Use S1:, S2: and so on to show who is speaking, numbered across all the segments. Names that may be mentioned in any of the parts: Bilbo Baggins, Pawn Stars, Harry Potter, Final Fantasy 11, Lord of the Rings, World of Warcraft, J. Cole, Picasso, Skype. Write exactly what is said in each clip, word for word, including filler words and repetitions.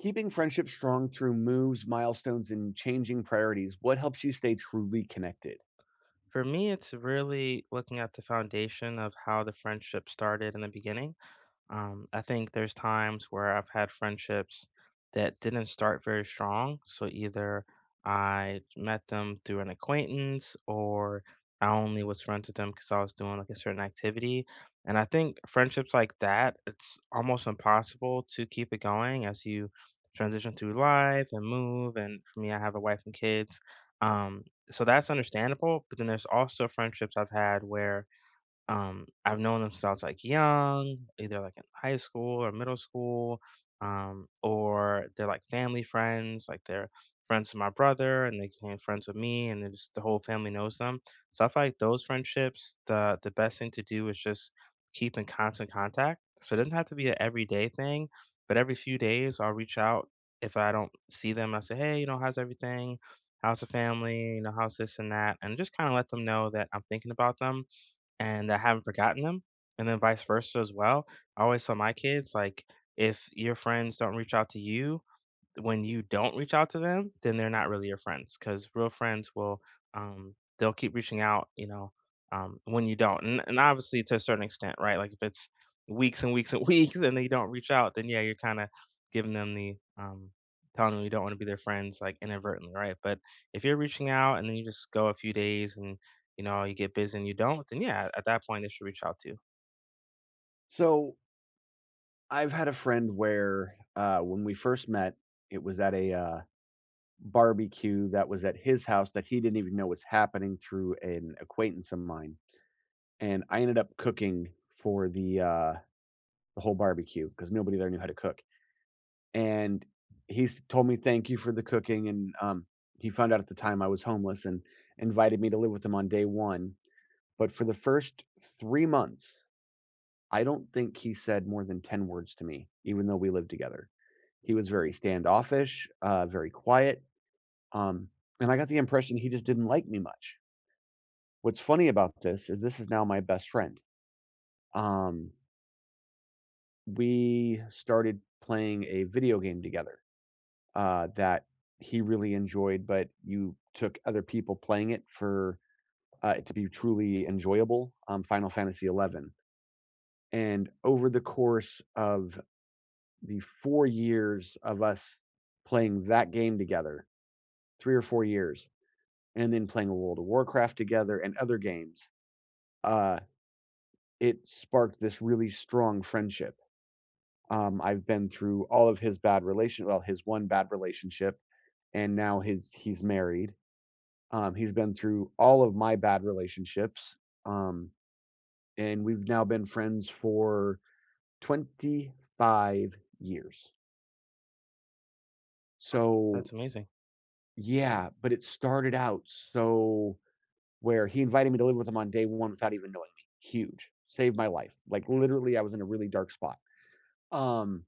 S1: Keeping friendships strong through moves, milestones, and changing priorities, what helps you stay truly connected?
S2: For me, it's really looking at the foundation of how the friendship started in the beginning. Um, I think there's times where I've had friendships that didn't start very strong. So either I met them through an acquaintance or I only was friends with them because I was doing like a certain activity. And I think friendships like that, it's almost impossible to keep it going as you transition through life and move. And for me, I have a wife and kids. Um, so that's understandable. But then there's also friendships I've had where um, I've known them since I was, like, young, either, like, in high school or middle school, um, or they're, like, family friends, like, they're friends with my brother, and they became friends with me, and then just the whole family knows them. So I feel like those friendships, the the best thing to do is just keep in constant contact. So it doesn't have to be an everyday thing, but every few days, I'll reach out. If I don't see them, I'll say, "Hey, you know, how's everything? How's the family? You know, how's this and that?" And just kinda let them know that I'm thinking about them and I haven't forgotten them, and then vice versa as well. I always tell my kids, like, if your friends don't reach out to you, when you don't reach out to them, then they're not really your friends because real friends will um they'll keep reaching out, you know, um when you don't. And, and obviously to a certain extent, right? Like if it's weeks and weeks and weeks and they don't reach out, then yeah, you're kind of giving them the um telling them you don't want to be their friends like inadvertently, right? But if you're reaching out and then you just go a few days and you know you get busy and you don't, then yeah, at that point they should reach out to you.
S1: So, I've had a friend where uh, when we first met, it was at a uh, barbecue that was at his house that he didn't even know was happening through an acquaintance of mine. And I ended up cooking for the, uh, the whole barbecue because nobody there knew how to cook. And he's told me thank you for the cooking. And um, he found out at the time I was homeless and invited me to live with him on day one. But for the first three months, I don't think he said more than ten words to me, even though we lived together. He was very standoffish, uh, very quiet. Um, and I got the impression he just didn't like me much. What's funny about this is this is now my best friend. Um, we started playing a video game together uh, that he really enjoyed, but you took other people playing it for uh, it to be truly enjoyable um, Final Fantasy eleven. And over the course of the four years of us playing that game together, three or four years, and then playing World of Warcraft together and other games, uh, it sparked this really strong friendship. Um, I've been through all of his bad relation, well, his one bad relationship, and now his he's married. Um, he's been through all of my bad relationships, um, and we've now been friends for twenty-five years. So.
S2: That's amazing.
S1: Yeah, but it started out so where he invited me to live with him on day one without even knowing me. Huge. Saved my life. Like, literally, I was in a really dark spot. Um,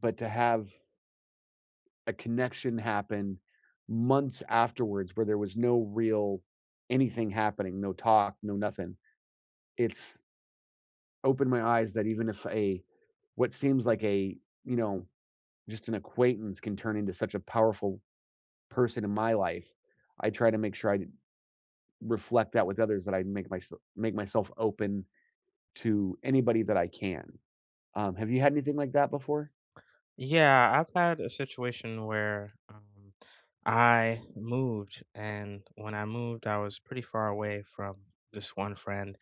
S1: but to have a connection happen months afterwards where there was no real anything happening, no talk, no nothing, it's opened my eyes that even if a what seems like a, you know, just an acquaintance can turn into such a powerful person in my life, I try to make sure I reflect that with others, that I make myself make myself open to anybody that I can. Um, have you had anything like that before?
S2: Yeah, I've had a situation where um, I moved, and when I moved, I was pretty far away from this one friend.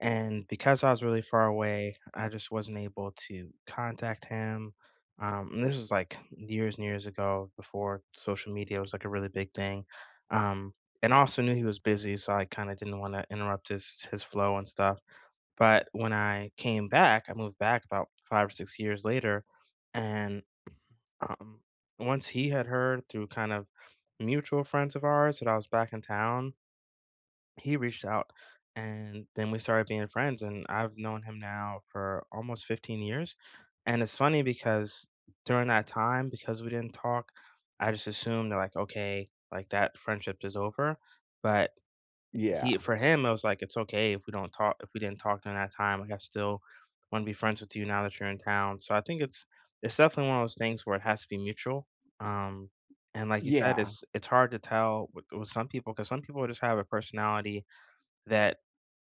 S2: And because I was really far away, I just wasn't able to contact him. Um, and this was like years and years ago before social media was like a really big thing. Um, and I also knew he was busy, so I kind of didn't want to interrupt his his flow and stuff. But when I came back, I moved back about five or six years later, and um, once he had heard through kind of mutual friends of ours that I was back in town, he reached out and then we started being friends. And I've known him now for almost fifteen years. And it's funny because during that time, because we didn't talk, I just assumed that, like, okay, like that friendship is over. But
S1: Yeah,
S2: he for him, I was like, "It's okay if we don't talk if we didn't talk during that time, like, I still wanna be friends with you now that you're in town." So I think it's it's definitely one of those things where it has to be mutual, um, and like you said,
S1: yeah,
S2: it's it's hard to tell with with some people, because some people just have a personality that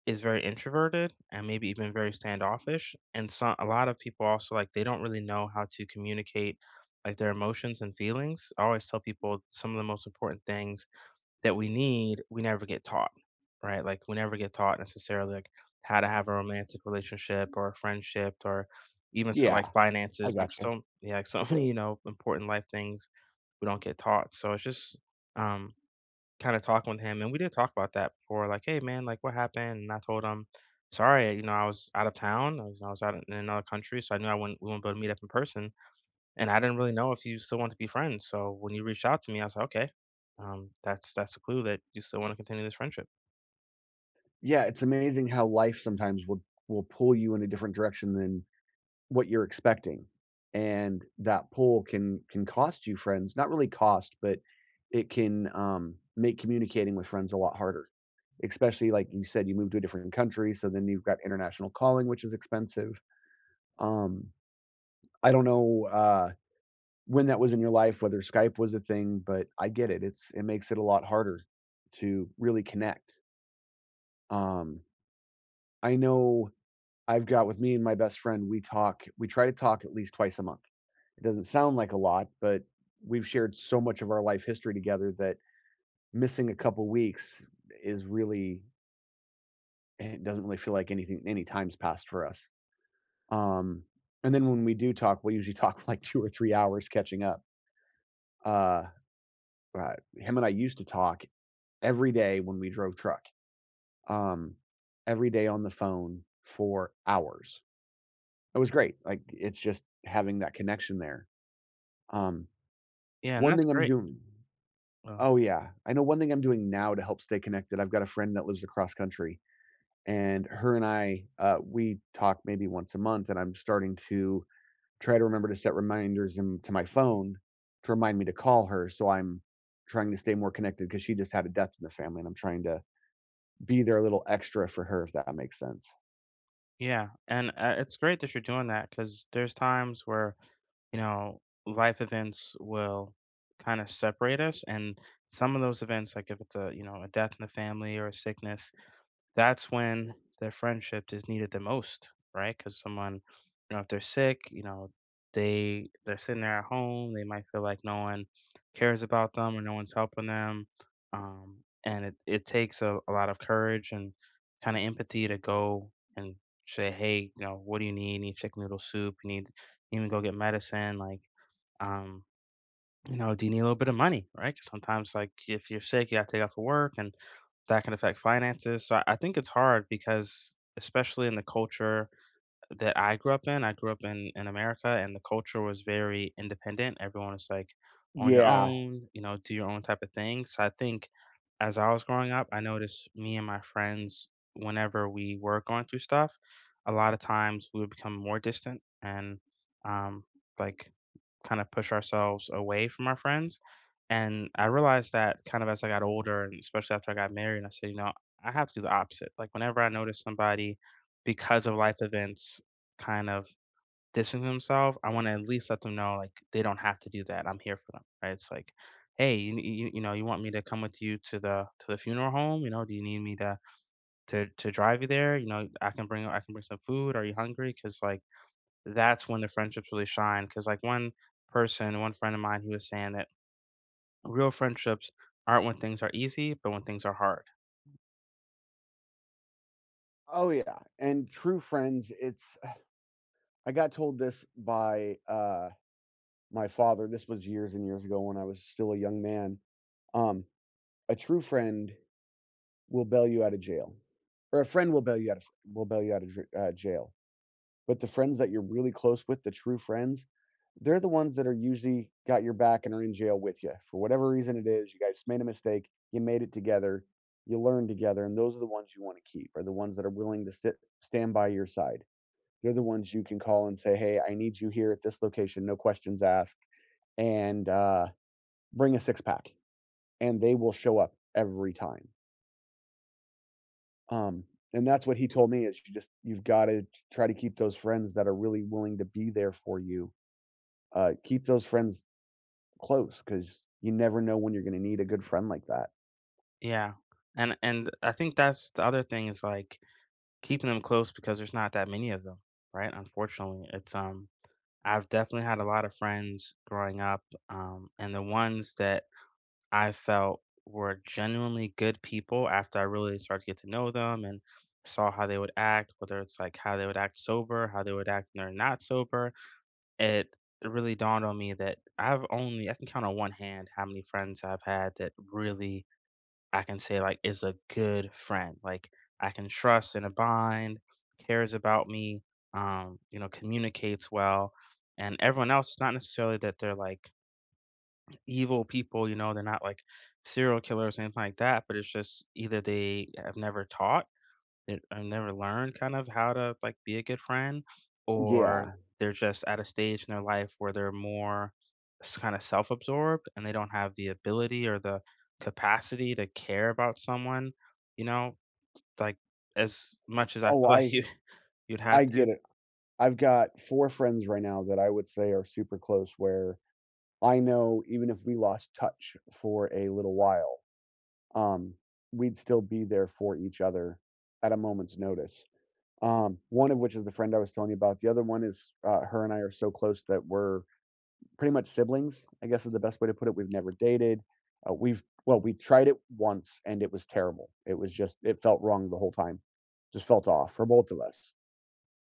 S2: is very introverted and maybe even very standoffish, and so a lot of people also, like, they don't really know how to communicate, like, their emotions and feelings. I always tell people some of the most important things that we need, we never get taught, right? Like we never get taught necessarily like how to have a romantic relationship or a friendship or even some like
S1: yeah. I
S2: finances, like
S1: gotcha.
S2: so yeah, like so many, you know, important life things we don't get taught. So it's just um kind of talking with him and we did talk about that before, like, hey man, like what happened? And I told him, sorry, you know, I was out of town. I was, I was out in another country, so I knew I wouldn't we wouldn't be able to meet up in person. And I didn't really know if you still want to be friends. So when you reached out to me, I was like, okay, um, that's that's a clue that you still want to continue this friendship.
S1: Yeah, it's amazing how life sometimes will will pull you in a different direction than what you're expecting, and that pull can can cost you friends. Not really cost, but it can um, make communicating with friends a lot harder. Especially like you said, you moved to a different country, so then you've got international calling, which is expensive. Um, I don't know, uh, when that was in your life, whether Skype was a thing, but I get it. It's it makes it a lot harder to really connect. Um, I know I've got, with me and my best friend, we talk we try to talk at least twice a month. It doesn't sound like a lot, but we've shared so much of our life history together that missing a couple weeks is really, it doesn't really feel like anything any time's passed for us. Um, and then when we do talk, we usually talk for like two or three hours catching up. Uh, uh, Him and I used to talk every day when we drove truck, um, every day on the phone for hours. It was great. Like, it's just having that connection there. Um,
S2: Yeah, and
S1: one
S2: that's
S1: thing I'm
S2: great.
S1: doing,
S2: Well,
S1: Oh yeah, I know one thing I'm doing now to help stay connected. I've got a friend that lives across country, and her and I, uh, we talk maybe once a month, and I'm starting to try to remember to set reminders in, to my phone to remind me to call her. So I'm trying to stay more connected because she just had a death in the family, and I'm trying to be their little extra for her, if that makes sense.
S2: yeah, and uh, it's great that you're doing that because there's times where you know life events will kind of separate us, and some of those events, like if it's a you know a death in the family or a sickness, that's when their friendship is needed the most, right? Because someone, you know, if they're sick, you know, they they're sitting there at home. They might feel like no one cares about them or no one's helping them, um, and it it takes a, a lot of courage and kind of empathy to go and say, hey, you know, what do you need? Need chicken noodle soup. You need you need to go get medicine. Like, um, you know, do you need a little bit of money, right? 'Cause sometimes, like, if you're sick, you gotta take off of work, and that can affect finances. So I I think it's hard because, especially in the culture that I grew up in. I grew up in in America, and the culture was very independent. Everyone was like on your
S1: Yeah.
S2: own, you know, do your own type of thing. So I think as I was growing up, I noticed me and my friends, whenever we were going through stuff, a lot of times we would become more distant and um, like kind of push ourselves away from our friends. And I realized that kind of as I got older, and especially after I got married, and I said, you know, I have to do the opposite. Like whenever I notice somebody because of life events kind of dissing themselves, I wanna at least let them know, like, they don't have to do that, I'm here for them, right? It's like, "Hey, you you you know, you want me to come with you to the to the funeral home? You know, do you need me to to to drive you there? You know, I can bring I can bring some food. Are you hungry? Because like, that's when the friendships really shine. Because like, one person, one friend of mine, he was saying that real friendships aren't when things are easy, but when things are hard.
S1: Oh yeah. And true friends, it's, I got told this by uh my father. This was years and years ago when I was still a young man. Um a true friend will bail you out of jail. Or a friend will bail you out of will bail you out of uh, jail. But the friends that you're really close with, the true friends, they're the ones that are usually got your back and are in jail with you. For whatever reason it is, you guys made a mistake, you made it together, you learned together, and those are the ones you wanna keep, are the ones that are willing to sit stand by your side. They're the ones you can call and say, "Hey, I need you here at this location, no questions asked, and, uh, bring a six pack," and they will show up every time. Um, and that's what he told me, is you just you've gotta try to keep those friends that are really willing to be there for you. Uh, keep those friends close because you never know when you're gonna need a good friend like that.
S2: Yeah, and and I think that's the other thing is, like keeping them close because there's not that many of them, right? Unfortunately, it's, um I've definitely had a lot of friends growing up, um, and the ones that I felt were genuinely good people after I really started to get to know them and saw how they would act, whether it's like how they would act sober, how they would act when they're not sober, it really dawned on me that I've only I can count on one hand how many friends I've had that really I can say, like, is a good friend. Like, I can trust in a bind, cares about me, um, you know, communicates well. And everyone else, it's not necessarily that they're like evil people, you know, they're not like serial killers or anything like that, but it's just either they have never taught that I've never learned kind of how to like be a good friend, or
S1: Yeah.
S2: they're just at a stage in their life where they're more kind of self absorbed and they don't have the ability or the capacity to care about someone, you know, like as much as I
S1: Oh,
S2: feel like
S1: I
S2: you you'd have
S1: I
S2: to.
S1: get it. I've got four friends right now that I would say are super close where I know, even if we lost touch for a little while, um, we'd still be there for each other at a moment's notice. Um, one of which is the friend I was telling you about. The other one is, uh, her and I are so close that we're pretty much siblings, I guess is the best way to put it. We've never dated. Uh, we've Well, we tried it once and it was terrible. It was just, it felt wrong the whole time. Just felt off for both of us.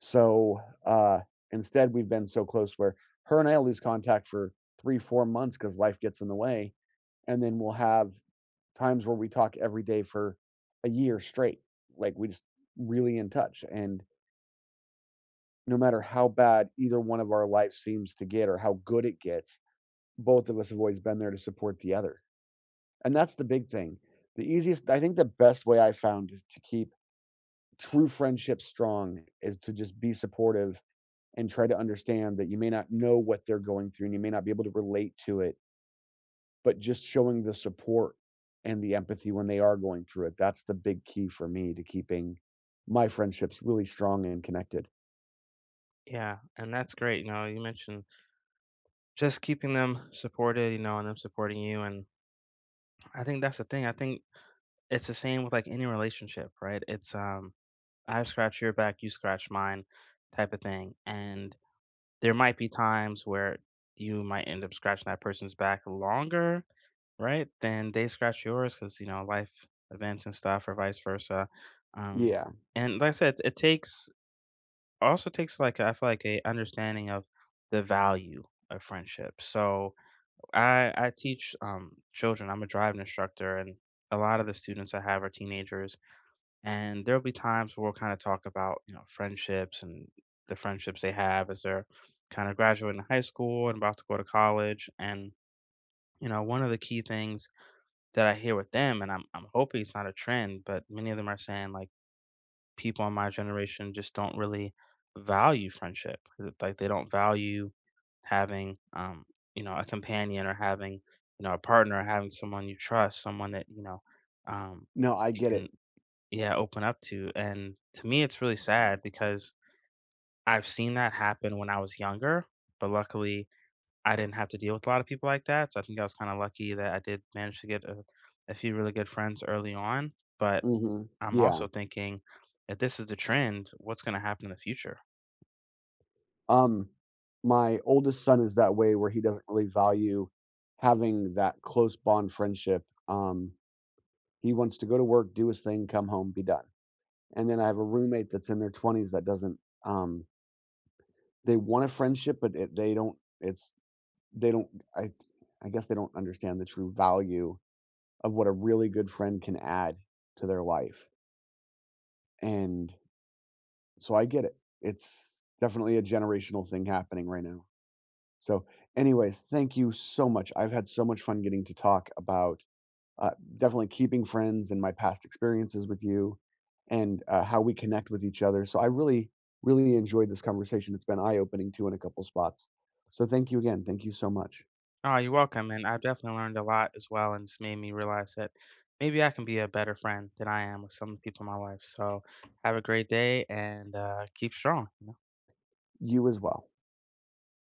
S1: So uh instead, we've been so close where her and I'll lose contact for three, four months because life gets in the way. And then we'll have times where we talk every day for a year straight. Like, we just really in touch. And no matter how bad either one of our lives seems to get or how good it gets, both of us have always been there to support the other. And that's the big thing. The easiest, I think the best way I found to keep true friendship strong is to just be supportive and try to understand that you may not know what they're going through and you may not be able to relate to it, but just showing the support and the empathy when they are going through it. That's the big key for me to keeping my friendships really strong and connected.
S2: Yeah, and that's great. You know, you mentioned just keeping them supported, you know, and them supporting you. And I think that's the thing. I think it's the same with like any relationship, right? It's um I scratch your back, you scratch mine type of thing. And there might be times where you might end up scratching that person's back longer, right? Than they scratch yours because, you know, life events and stuff or vice versa. Um,
S1: Yeah.
S2: and like I said, it takes also takes like I feel like a understanding of the value of friendship. So I I teach um children. I'm a driving instructor and a lot of the students I have are teenagers and there'll be times where we'll kind of talk about, you know, friendships and the friendships they have as they're kind of graduating high school and about to go to college. And, you know, one of the key things that I hear with them, and I'm, I'm hoping it's not a trend, but many of them are saying like people in my generation just don't really value friendship. Like they don't value having, um, you know, a companion or having, you know, a partner, or having someone you trust, someone that, you know, um,
S1: No, I
S2: you
S1: get it.
S2: can yeah, open up to, and to me, it's really sad because I've seen that happen when I was younger, but luckily I didn't have to deal with a lot of people like that, so I think I was kinda lucky that I did manage to get a a few really good friends early on, but
S1: Hmm.
S2: I'm
S1: Yeah.
S2: also thinking, if this is the trend, what's gonna happen in the future?
S1: Um, my oldest son is that way, where he doesn't really value having that close bond friendship. Um, he wants to go to work, do his thing, come home, be done. And then I have a roommate that's in their twenties that doesn't um they want a friendship, but it, they don't it's they don't, I I guess they don't understand the true value of what a really good friend can add to their life. And so I get it. It's definitely a generational thing happening right now. So, anyways, thank you so much. I've had so much fun getting to talk about, uh, definitely keeping friends and my past experiences with you, and uh, how we connect with each other. So, I really, really enjoyed this conversation. It's been eye opening too in a couple spots. So, thank you again. Thank you so much.
S2: Oh, you're welcome, and I've definitely learned a lot as well, and it's made me realize that maybe I can be a better friend than I am with some people in my life, so have a great day and, uh, keep strong.
S1: You as well.